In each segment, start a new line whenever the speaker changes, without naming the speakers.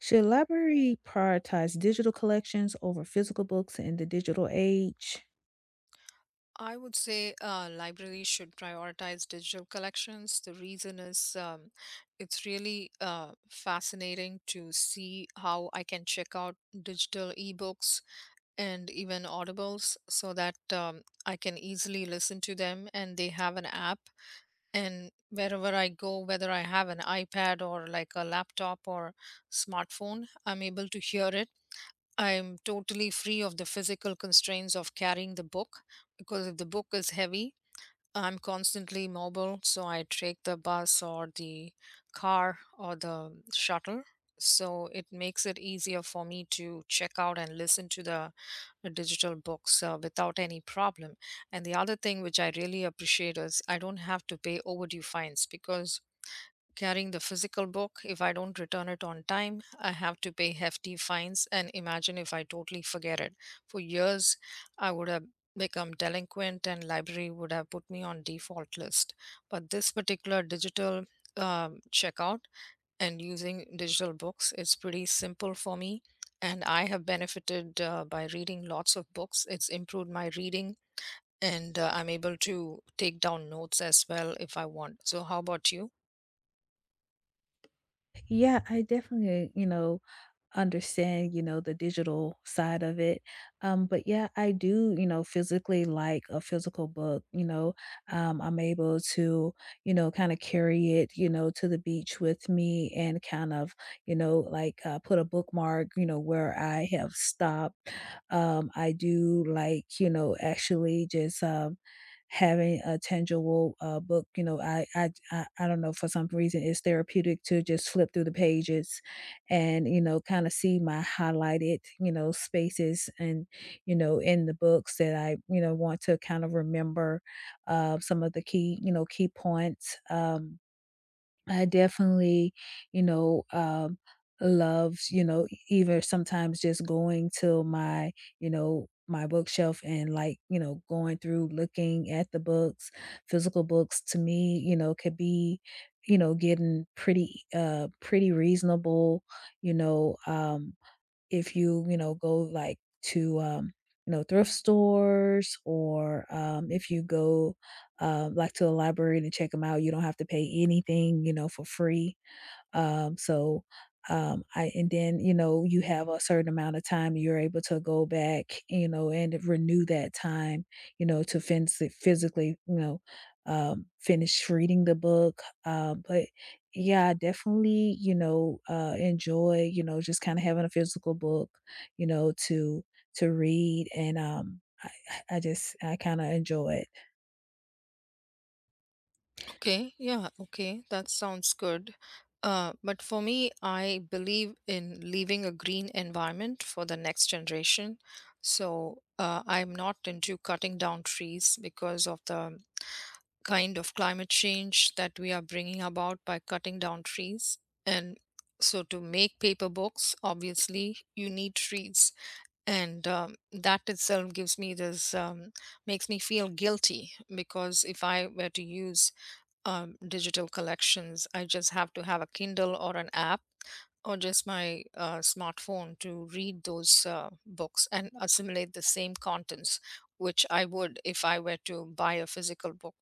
Should library prioritize digital collections over physical books in the digital age?
I would say libraries should prioritize digital collections. The reason is it's really fascinating to see how I can check out digital ebooks and even audibles so that I can easily listen to them, and they have an app. And wherever I go, whether I have an iPad or like a laptop or smartphone, I'm able to hear it. I'm totally free of the physical constraints of carrying the book, because if the book is heavy, I'm constantly mobile, so I take the bus or the car or the shuttle. So it makes it easier for me to check out and listen to the digital books without any problem. And the other thing which I really appreciate is I don't have to pay overdue fines, because carrying the physical book, if I don't return it on time, I have to pay hefty fines, and imagine if I totally forget it. For years, I would have become delinquent and library would have put me on default list. But this particular digital checkout and using digital books, it's pretty simple for me. And I have benefited by reading lots of books. It's improved my reading, and I'm able to take down notes as well if I want. So, how about you?
Yeah, I definitely understand the digital side of it. But yeah, I do physically like a physical book. I'm able to kind of carry it to the beach with me and kind of like put a bookmark where I have stopped. I do like actually just having a tangible book. I don't know, for some reason it's therapeutic to just flip through the pages and kind of see my highlighted spaces and in the books that I want to kind of remember some of the key key points. I definitely, you know, um, loves either sometimes just going to my my bookshelf and like going through looking at the books, physical books to me could be getting pretty reasonable, you know, if you go like to thrift stores or if you go like to the library to check them out, you don't have to pay anything for free. So, I And then you have a certain amount of time you're able to go back and renew that time to fins physically, finish reading the book. But yeah, I definitely enjoy just kind of having a physical book, you know, to to read, and I kind of enjoy it.
Okay, yeah, okay, that sounds good. But for me, I believe in leaving a green environment for the next generation. So I'm not into cutting down trees because of the kind of climate change that we are bringing about by cutting down trees. And so to make paper books, obviously, you need trees. And that itself gives me this, makes me feel guilty, because if I were to use digital collections, I just have to have a Kindle or an app or just my smartphone to read those books and assimilate the same contents which I would if I were to buy a physical book.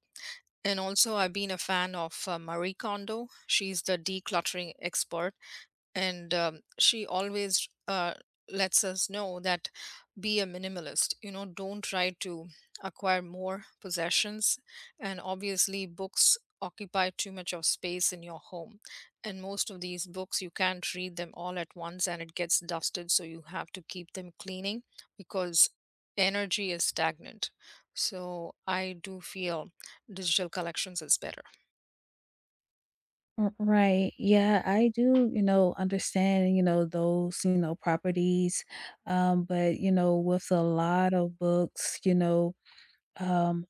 And also I've been a fan of Marie Kondo. She's the decluttering expert, and she always lets us know that be a minimalist, you know, don't try to acquire more possessions. And obviously books occupy too much of space in your home, and most of these books you can't read them all at once, and it gets dusted, so you have to keep them cleaning, because energy is stagnant. So I do feel digital collections is better.
R right, yeah, I do understand those properties, but with a lot of books, you know, um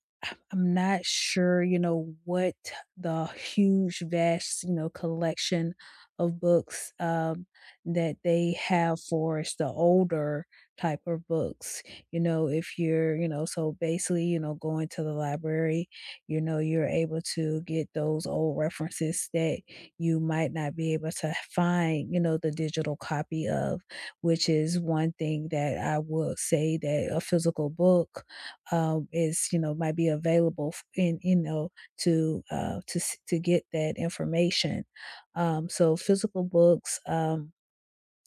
I'm not sure what the huge, vast collection of books that they have for us, the older type of books. If you're so basically going to the library you're able to get those old references that you might not be able to find the digital copy of, which is one thing that I would say that a physical book is might be available in to to get that information. So physical books.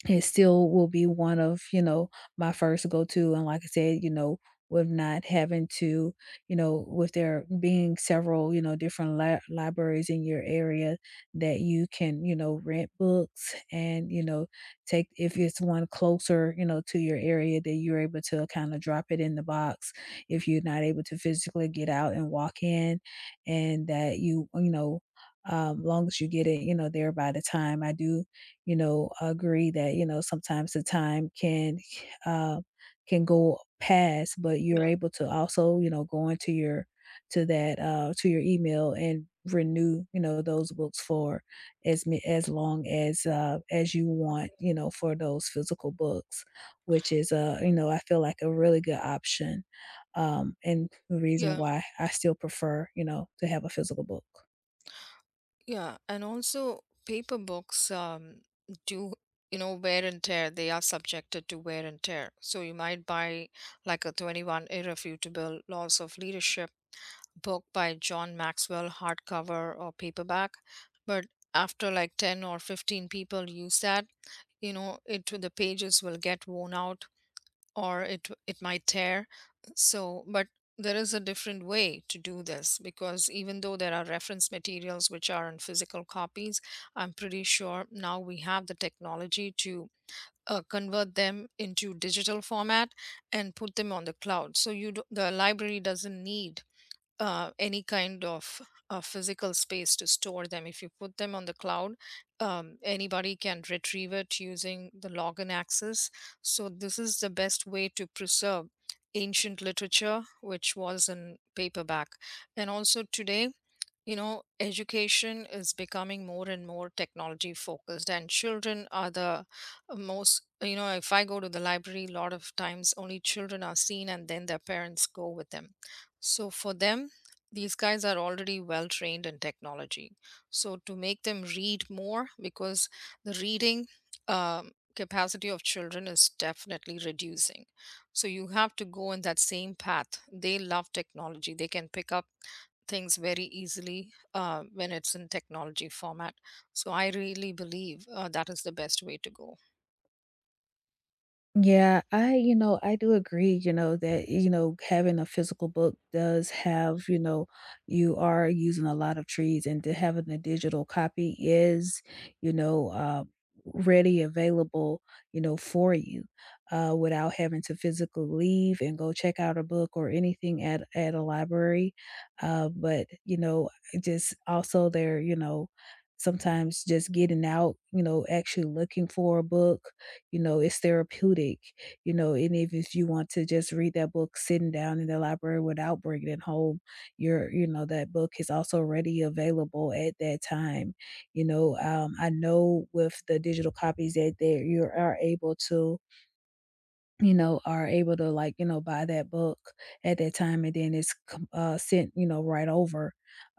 It still will be one of my first go-to, and like I said with not having to with there being several different li libraries in your area that you can rent books and take if it's one closer to your area that you're able to kinda drop it in the box if you're not able to physically get out and walk in, and that long as you get it there by the time I do, agree that sometimes the time uh, can go past, but you're
Yeah,
able to also go into your to your email and renew those books for as long as you want for those physical books, which is I feel like a really good option, and the reason
yeah,
why I still prefer to have a physical book.
yeah. And also paper books do you know wear and tear. They are subjected to wear and tear. So you might buy like a 21 Irrefutable Laws of Leadership book by John Maxwell, hardcover or paperback, but after like 10 or 15 people use that, you know, it the pages will get worn out, or it might tear. So but there is a different way to do this, because even though there are reference materials which are in physical copies, I'm pretty sure now we have the technology to convert them into digital format and put them on the cloud. So you do, the library doesn't need any kind of physical space to store them. If you put them on the cloud, anybody can retrieve it using the login access. So, this is the best way to preserve ancient literature, which was in paperback. And also, today, you know, education is becoming more and more technology focused, and children are the most, you know, if I go to the library, a lot of times only children are seen and then their parents go with them. So for them, these guys are already well trained in technology. So to make them read more, because the reading um, capacity of children is definitely reducing. So you have to go in that same path. They love technology, they can pick up things very easily when it's in technology format. So I really believe that is the best way to go.
Yeah, I do agree that having a physical book does have you are using a lot of trees, and to having a digital copy is, you know, uh, ready, available for you, without having to physically leave and go check out a book or anything at a library. But just also there sometimes just getting out actually looking for a book, it's therapeutic. And if you want to just read that book sitting down in the library without bringing it home, your you know that book is also already available at that time. I know with the digital copies that there you are able to you know, are able to like buy that book at that time, and then it's com sent right over.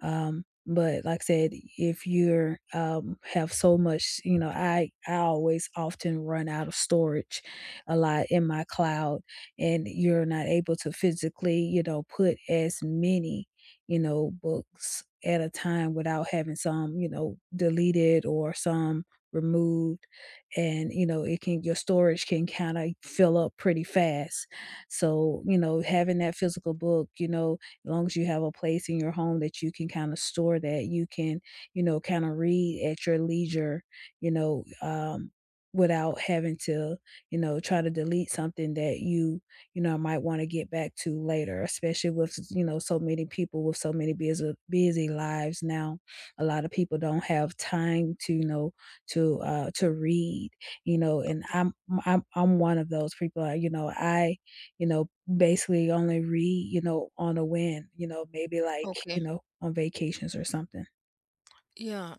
But like I said, if have so much I always often run out of storage a lot in my cloud, and you're not able to physically put as many books at a time without having some deleted or some removed, and it can your storage can kind of fill up pretty fast. So having that physical book, as long as you have a place in your home that you can kind of store, that you can kind of read at your leisure, you know um without having to try to delete something that might want to get back to later, especially with so many people with so many busy busy lives now. A lot of people don't have time to to read, and I'm one of those people I you know Basically only read on a whim, maybe like
Okay.
on vacations or something.
Yeah.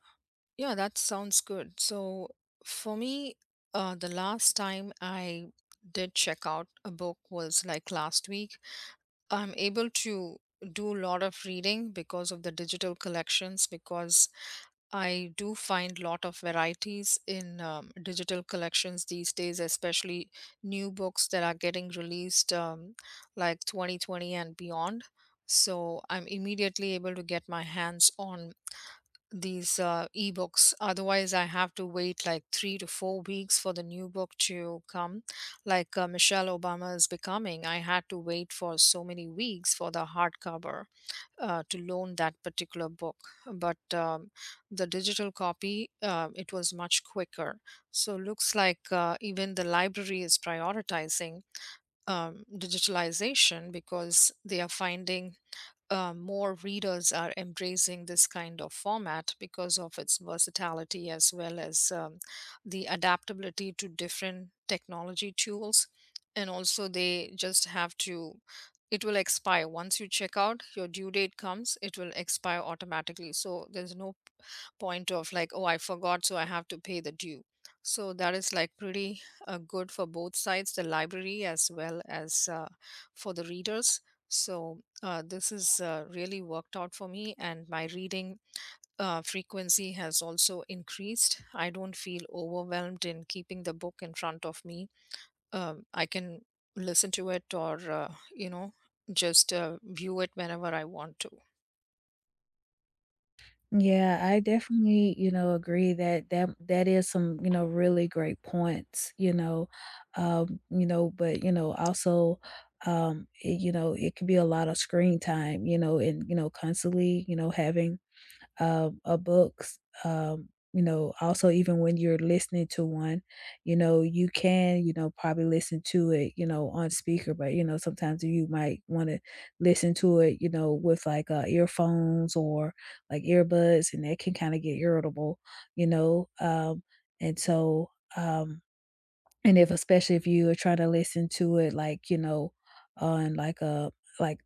Yeah, that sounds good. So for me, the last time I did check out a book was like last week. I'm able to do a lot of reading because of the digital collections, because I do find lot of varieties in digital collections these days, especially new books that are getting released, like 2020 and beyond. So I'm immediately able to get my hands on these ebooks. Otherwise, I have to wait like 3 to 4 weeks for the new book to come. Like Michelle Obama is becoming, I had to wait for so many weeks for the hardcover to loan that particular book, but the digital copy, it was much quicker. So looks like even the library is prioritizing digitalization, because they are finding more readers are embracing this kind of format because of its versatility as well as the adaptability to different technology tools. And also, they just have to, it will expire. Once you check out, your due date comes, it will expire automatically. So, there's no point of like, oh, I forgot, so I have to pay the due. So, that is like pretty good for both sides, the library as well as for the readers. So, this has really worked out for me, and my reading frequency has also increased. I don't feel overwhelmed in keeping the book in front of me. I can listen to it, or, just view it whenever I want to.
Yeah, I definitely agree that that is some really great points. But also it, you know it could be a lot of screen time, and constantly having of books. Also even when you're listening to one you can probably listen to it on speaker, but sometimes you might want to listen to it with like earphones or like earbuds, and that can kind of get irritable, you know. Um, and so, um, and if especially if you are trying to listen to it, like on like a like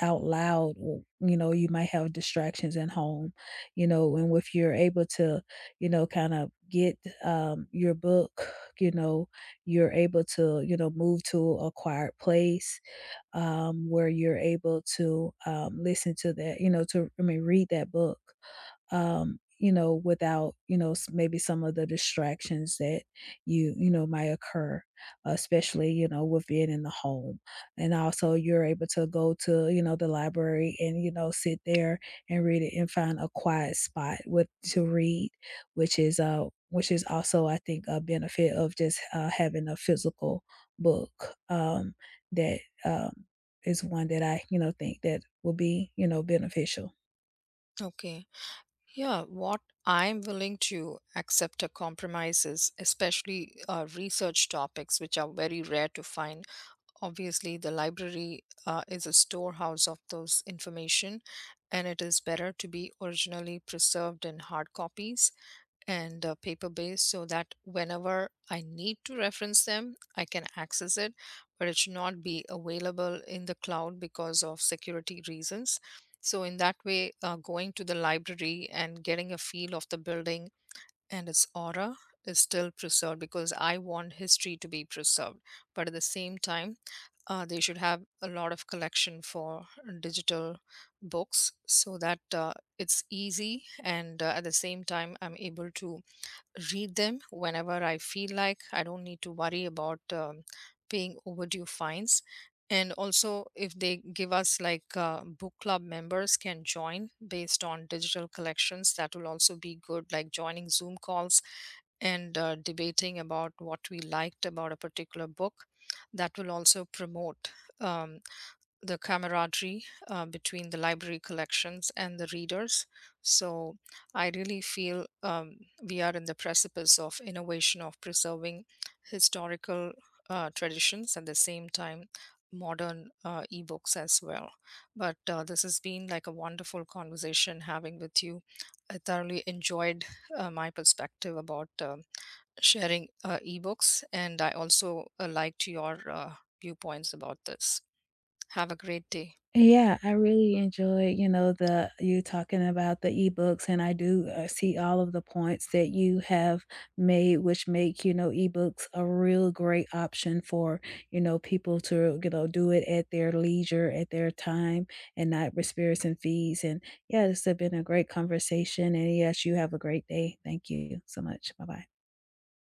out loud, or you might have distractions at home and if you're able to kind of get, your book, you know, you're able to move to a quiet place, where you're able to, listen to that, you know, to, I mean, read that book, without maybe some of the distractions that you might occur, especially with being in the home. And also you're able to go to the library and sit there and read it and find a quiet spot with to read, which is also, I think, a benefit of just having a physical book that um is one that I think that will be beneficial.
Okay. Yeah. What I'm willing to accept a compromise is especially research topics, which are very rare to find. Obviously the library is a storehouse of those information, and it is better to be originally preserved in hard copies and paper based, so that whenever I need to reference them I can access it. But it should not be available in the cloud because of security reasons. So in that way, going to the library and getting a feel of the building and its aura is still preserved, because I want history to be preserved. But at the same time, they should have a lot of collection for digital books, so that it's easy, and at the same time I'm able to read them whenever I feel like. I don't need to worry about paying overdue fines. And also, if they give us like book club members can join based on digital collections, that will also be good, like joining Zoom calls and debating about what we liked about a particular book. That will also promote um, the camaraderie between the library collections and the readers. So I really feel we are in the precipice of innovation of preserving historical traditions, at the same time modern ebooks as well. But this has been like a wonderful conversation having with you. I thoroughly enjoyed my perspective about sharing ebooks, and I also liked your viewpoints about this. Have a great day.
Yeah, I really enjoy you talking about the ebooks, and I do see all of the points that you have made, which make ebooks a real great option for people to do it at their leisure, at their time, and not with spirits and fees. And yeah, this has been a great conversation. And yes, you have a great day. Thank you so much. Bye bye.